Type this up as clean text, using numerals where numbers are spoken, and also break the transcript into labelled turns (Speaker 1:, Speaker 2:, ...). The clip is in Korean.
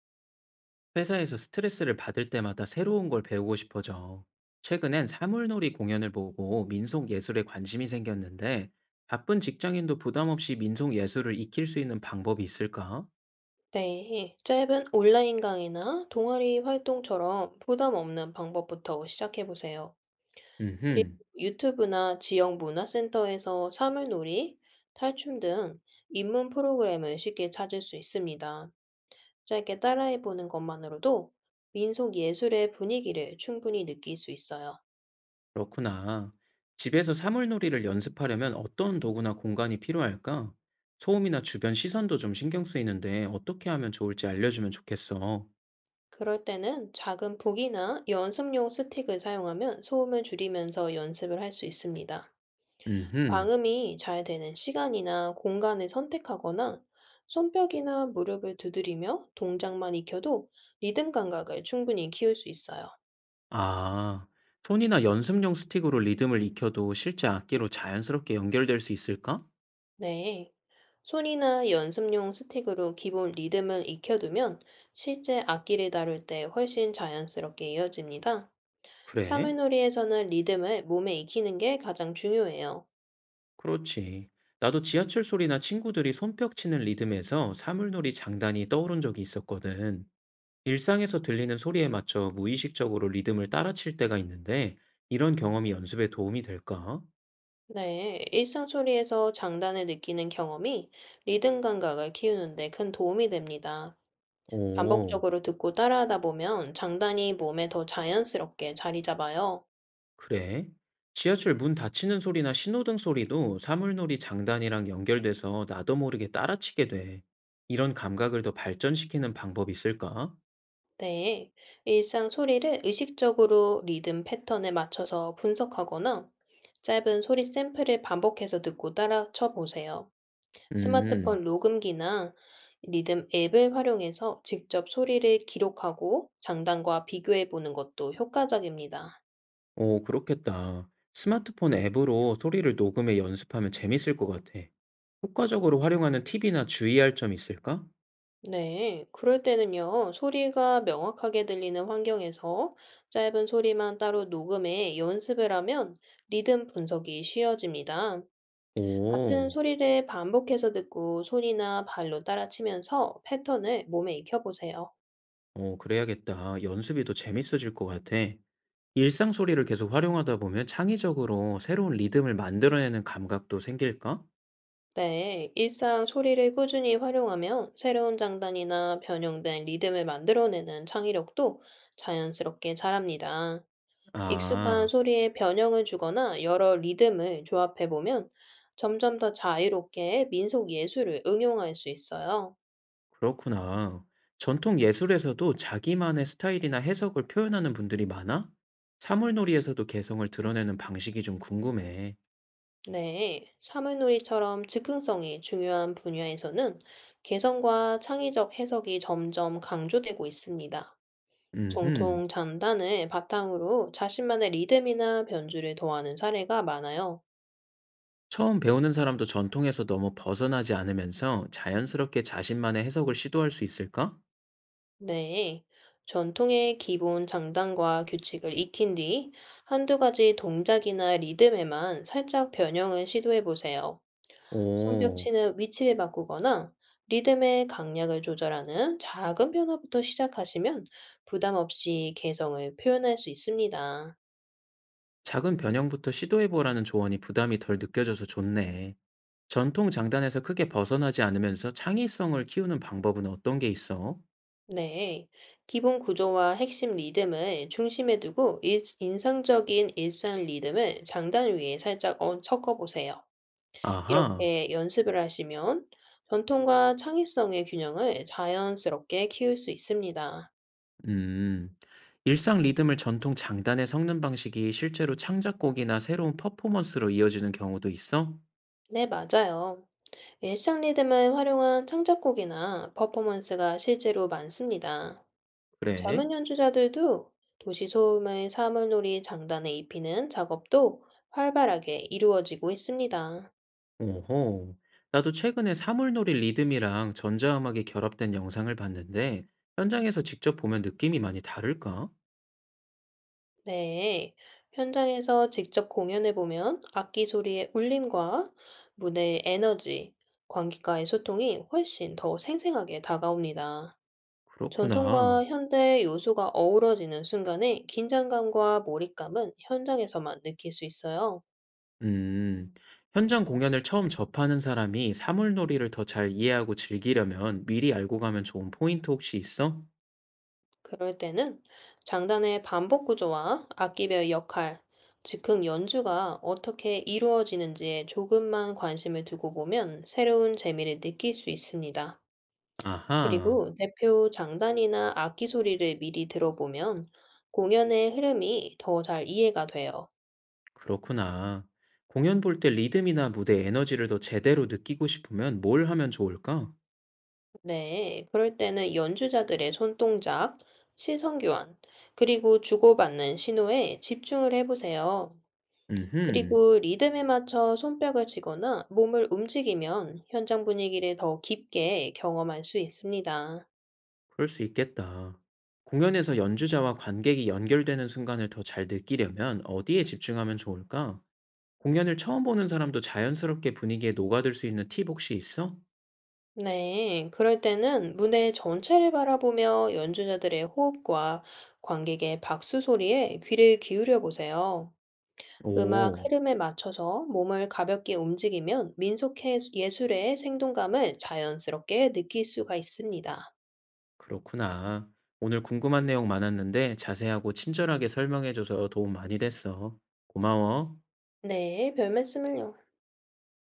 Speaker 1: 회사에서 스트레스를 받을 때마다 새로운 걸 배우고 싶어져. 최근엔 사물놀이 공연을 보고 민속 예술에 관심이 생겼는데, 바쁜 직장인도 부담 없이 민속 예술을 익힐 수 있는 방법이 있을까?
Speaker 2: 네, 짧은 온라인 강의나 동아리 활동처럼 부담 없는 방법부터 시작해 보세요. 그리고
Speaker 1: 음흠.
Speaker 2: 유튜브나 지역 문화센터에서 사물놀이, 탈춤 등 입문 프로그램을 쉽게 찾을 수 있습니다. 짧게 따라해 보는 것만으로도 민속 예술의 분위기를 충분히 느낄 수 있어요.
Speaker 1: 그렇구나. 집에서 사물놀이를 연습하려면 어떤 도구나 공간이 필요할까? 소음이나 주변 시선도 좀 신경 쓰이는데 어떻게 하면 좋을지 알려주면 좋겠어.
Speaker 2: 그럴 때는 작은 북이나 연습용 스틱을 사용하면 소음을 줄이면서 연습을 할 수 있습니다.
Speaker 1: 음흠.
Speaker 2: 방음이 잘 되는 시간이나 공간을 선택하거나 손뼉이나 무릎을 두드리며 동작만 익혀도 리듬 감각을 충분히 키울 수 있어요.
Speaker 1: 아, 손이나 연습용 스틱으로 리듬을 익혀도 실제 악기로 자연스럽게 연결될 수 있을까?
Speaker 2: 네. 손이나 연습용 스틱으로 기본 리듬을 익혀두면 실제 악기를 다룰 때 훨씬 자연스럽게 이어집니다.
Speaker 1: 그래?
Speaker 2: 사물놀이에서는 리듬을 몸에 익히는 게 가장 중요해요.
Speaker 1: 그렇지. 나도 지하철 소리나 친구들이 손뼉 치는 리듬에서 사물놀이 장단이 떠오른 적이 있었거든. 일상에서 들리는 소리에 맞춰 무의식적으로 리듬을 따라 칠 때가 있는데, 이런 경험이 연습에 도움이 될까?
Speaker 2: 네, 일상소리에서 장단을 느끼는 경험이 리듬 감각을 키우는 데 큰 도움이 됩니다.
Speaker 1: 오.
Speaker 2: 반복적으로 듣고 따라하다 보면 장단이 몸에 더 자연스럽게 자리 잡아요.
Speaker 1: 그래. 지하철 문 닫히는 소리나 신호등 소리도 사물놀이 장단이랑 연결돼서 나도 모르게 따라치게 돼. 이런 감각을 더 발전시키는 방법이 있을까?
Speaker 2: 네. 일상 소리를 의식적으로 리듬 패턴에 맞춰서 분석하거나 짧은 소리 샘플을 반복해서 듣고 따라 쳐보세요. 스마트폰
Speaker 1: 음.
Speaker 2: 녹음기나 리듬 앱을 활용해서 직접 소리를 기록하고 장단과 비교해 보는 것도 효과적입니다.
Speaker 1: 오, 그렇겠다. 스마트폰 앱으로 소리를 녹음해 연습하면 재밌을 것 같아. 효과적으로 활용하는 팁이나 주의할 점 있을까?
Speaker 2: 네, 그럴 때는요, 소리가 명확하게 들리는 환경에서 짧은 소리만 따로 녹음해 연습을 하면 리듬 분석이 쉬워집니다. 같은
Speaker 1: 오.
Speaker 2: 소리를 반복해서 듣고 손이나 발로 따라치면서 패턴을 몸에 익혀보세요.
Speaker 1: 오, 그래야겠다. 연습이 더 재밌어질 것 같아. 일상 소리를 계속 활용하다 보면 창의적으로 새로운 리듬을 만들어내는 감각도 생길까?
Speaker 2: 네, 일상 소리를 꾸준히 활용하면 새로운 장단이나 변형된 리듬을 만들어내는 창의력도 자연스럽게 자랍니다. 익숙한
Speaker 1: 아.
Speaker 2: 소리에 변형을 주거나 여러 리듬을 조합해 보면 점점 더 자유롭게 민속 예술을 응용할 수 있어요.
Speaker 1: 그렇구나. 전통 예술에서도 자기만의 스타일이나 해석을 표현하는 분들이 많아? 사물놀이에서도 개성을 드러내는 방식이 좀 궁금해.
Speaker 2: 네, 사물놀이처럼 즉흥성이 중요한 분야에서는 개성과 창의적 해석이 점점 강조되고 있습니다.
Speaker 1: 음.
Speaker 2: 정통 장단을 바탕으로 자신만의 리듬이나 변주를 더하는 사례가 많아요.
Speaker 1: 처음 배우는 사람도 전통에서 너무 벗어나지 않으면서 자연스럽게 자신만의 해석을 시도할 수 있을까?
Speaker 2: 네, 전통의 기본 장단과 규칙을 익힌 뒤 한두 가지 동작이나 리듬에만 살짝 변형을 시도해 보세요.
Speaker 1: 오.
Speaker 2: 손뼉치는 위치를 바꾸거나 리듬의 강약을 조절하는 작은 변화부터 시작하시면 부담 없이 개성을 표현할 수 있습니다.
Speaker 1: 작은 변형부터 시도해보라는 조언이 부담이 덜 느껴져서 좋네. 전통 장단에서 크게 벗어나지 않으면서 창의성을 키우는 방법은 어떤 게 있어?
Speaker 2: 네, 기본 구조와 핵심 리듬을 중심에 두고 인상적인 일상 리듬을 장단 위에 살짝 섞어보세요.
Speaker 1: 아하.
Speaker 2: 이렇게 연습을 하시면 전통과 창의성의 균형을 자연스럽게 키울 수 있습니다.
Speaker 1: 음. 일상 리듬을 전통 장단에 섞는 방식이 실제로 창작곡이나 새로운 퍼포먼스로 이어지는 경우도 있어?
Speaker 2: 네, 맞아요. 일상 리듬을 활용한 창작곡이나 퍼포먼스가 실제로 많습니다.
Speaker 1: 그래?
Speaker 2: 젊은 연주자들도 도시 소음을 사물놀이 장단에 입히는 작업도 활발하게 이루어지고 있습니다.
Speaker 1: 오호. 나도 최근에 사물놀이 리듬이랑 전자음악이 결합된 영상을 봤는데, 현장에서 직접 보면 느낌이 많이 다를까?
Speaker 2: 네, 현장에서 직접 공연해 보면 악기 소리의 울림과 무대의 에너지, 관객과의 소통이 훨씬 더 생생하게 다가옵니다.
Speaker 1: 그렇구나.
Speaker 2: 전통과 현대 요소가 어우러지는 순간에 긴장감과 몰입감은 현장에서만 느낄 수 있어요.
Speaker 1: 음. 현장 공연을 처음 접하는 사람이 사물놀이를 더 잘 이해하고 즐기려면 미리 알고 가면 좋은 포인트 혹시 있어?
Speaker 2: 그럴 때는 장단의 반복 구조와 악기별 역할, 즉흥 연주가 어떻게 이루어지는지에 조금만 관심을 두고 보면 새로운 재미를 느낄 수 있습니다.
Speaker 1: 아하.
Speaker 2: 그리고 대표 장단이나 악기 소리를 미리 들어보면 공연의 흐름이 더 잘 이해가 돼요.
Speaker 1: 그렇구나. 공연 볼 때 리듬이나 무대 에너지를 더 제대로 느끼고 싶으면 뭘 하면 좋을까?
Speaker 2: 네, 그럴 때는 연주자들의 손동작, 시선 교환, 그리고 주고받는 신호에 집중을 해보세요.
Speaker 1: 음흠.
Speaker 2: 그리고 리듬에 맞춰 손뼉을 치거나 몸을 움직이면 현장 분위기를 더 깊게 경험할 수 있습니다.
Speaker 1: 그럴 수 있겠다. 공연에서 연주자와 관객이 연결되는 순간을 더 잘 느끼려면 어디에 집중하면 좋을까? 공연을 처음 보는 사람도 자연스럽게 분위기에 녹아들 수 있는 팁 혹시 있어?
Speaker 2: 네, 그럴 때는 무대 전체를 바라보며 연주자들의 호흡과 관객의 박수 소리에 귀를 기울여 보세요. 음악
Speaker 1: 오.
Speaker 2: 흐름에 맞춰서 몸을 가볍게 움직이면 민속 예술의 생동감을 자연스럽게 느낄 수가 있습니다.
Speaker 1: 그렇구나. 오늘 궁금한 내용 많았는데 자세하고 친절하게 설명해줘서 도움 많이 됐어. 고마워.
Speaker 2: 네, 별 말씀을요.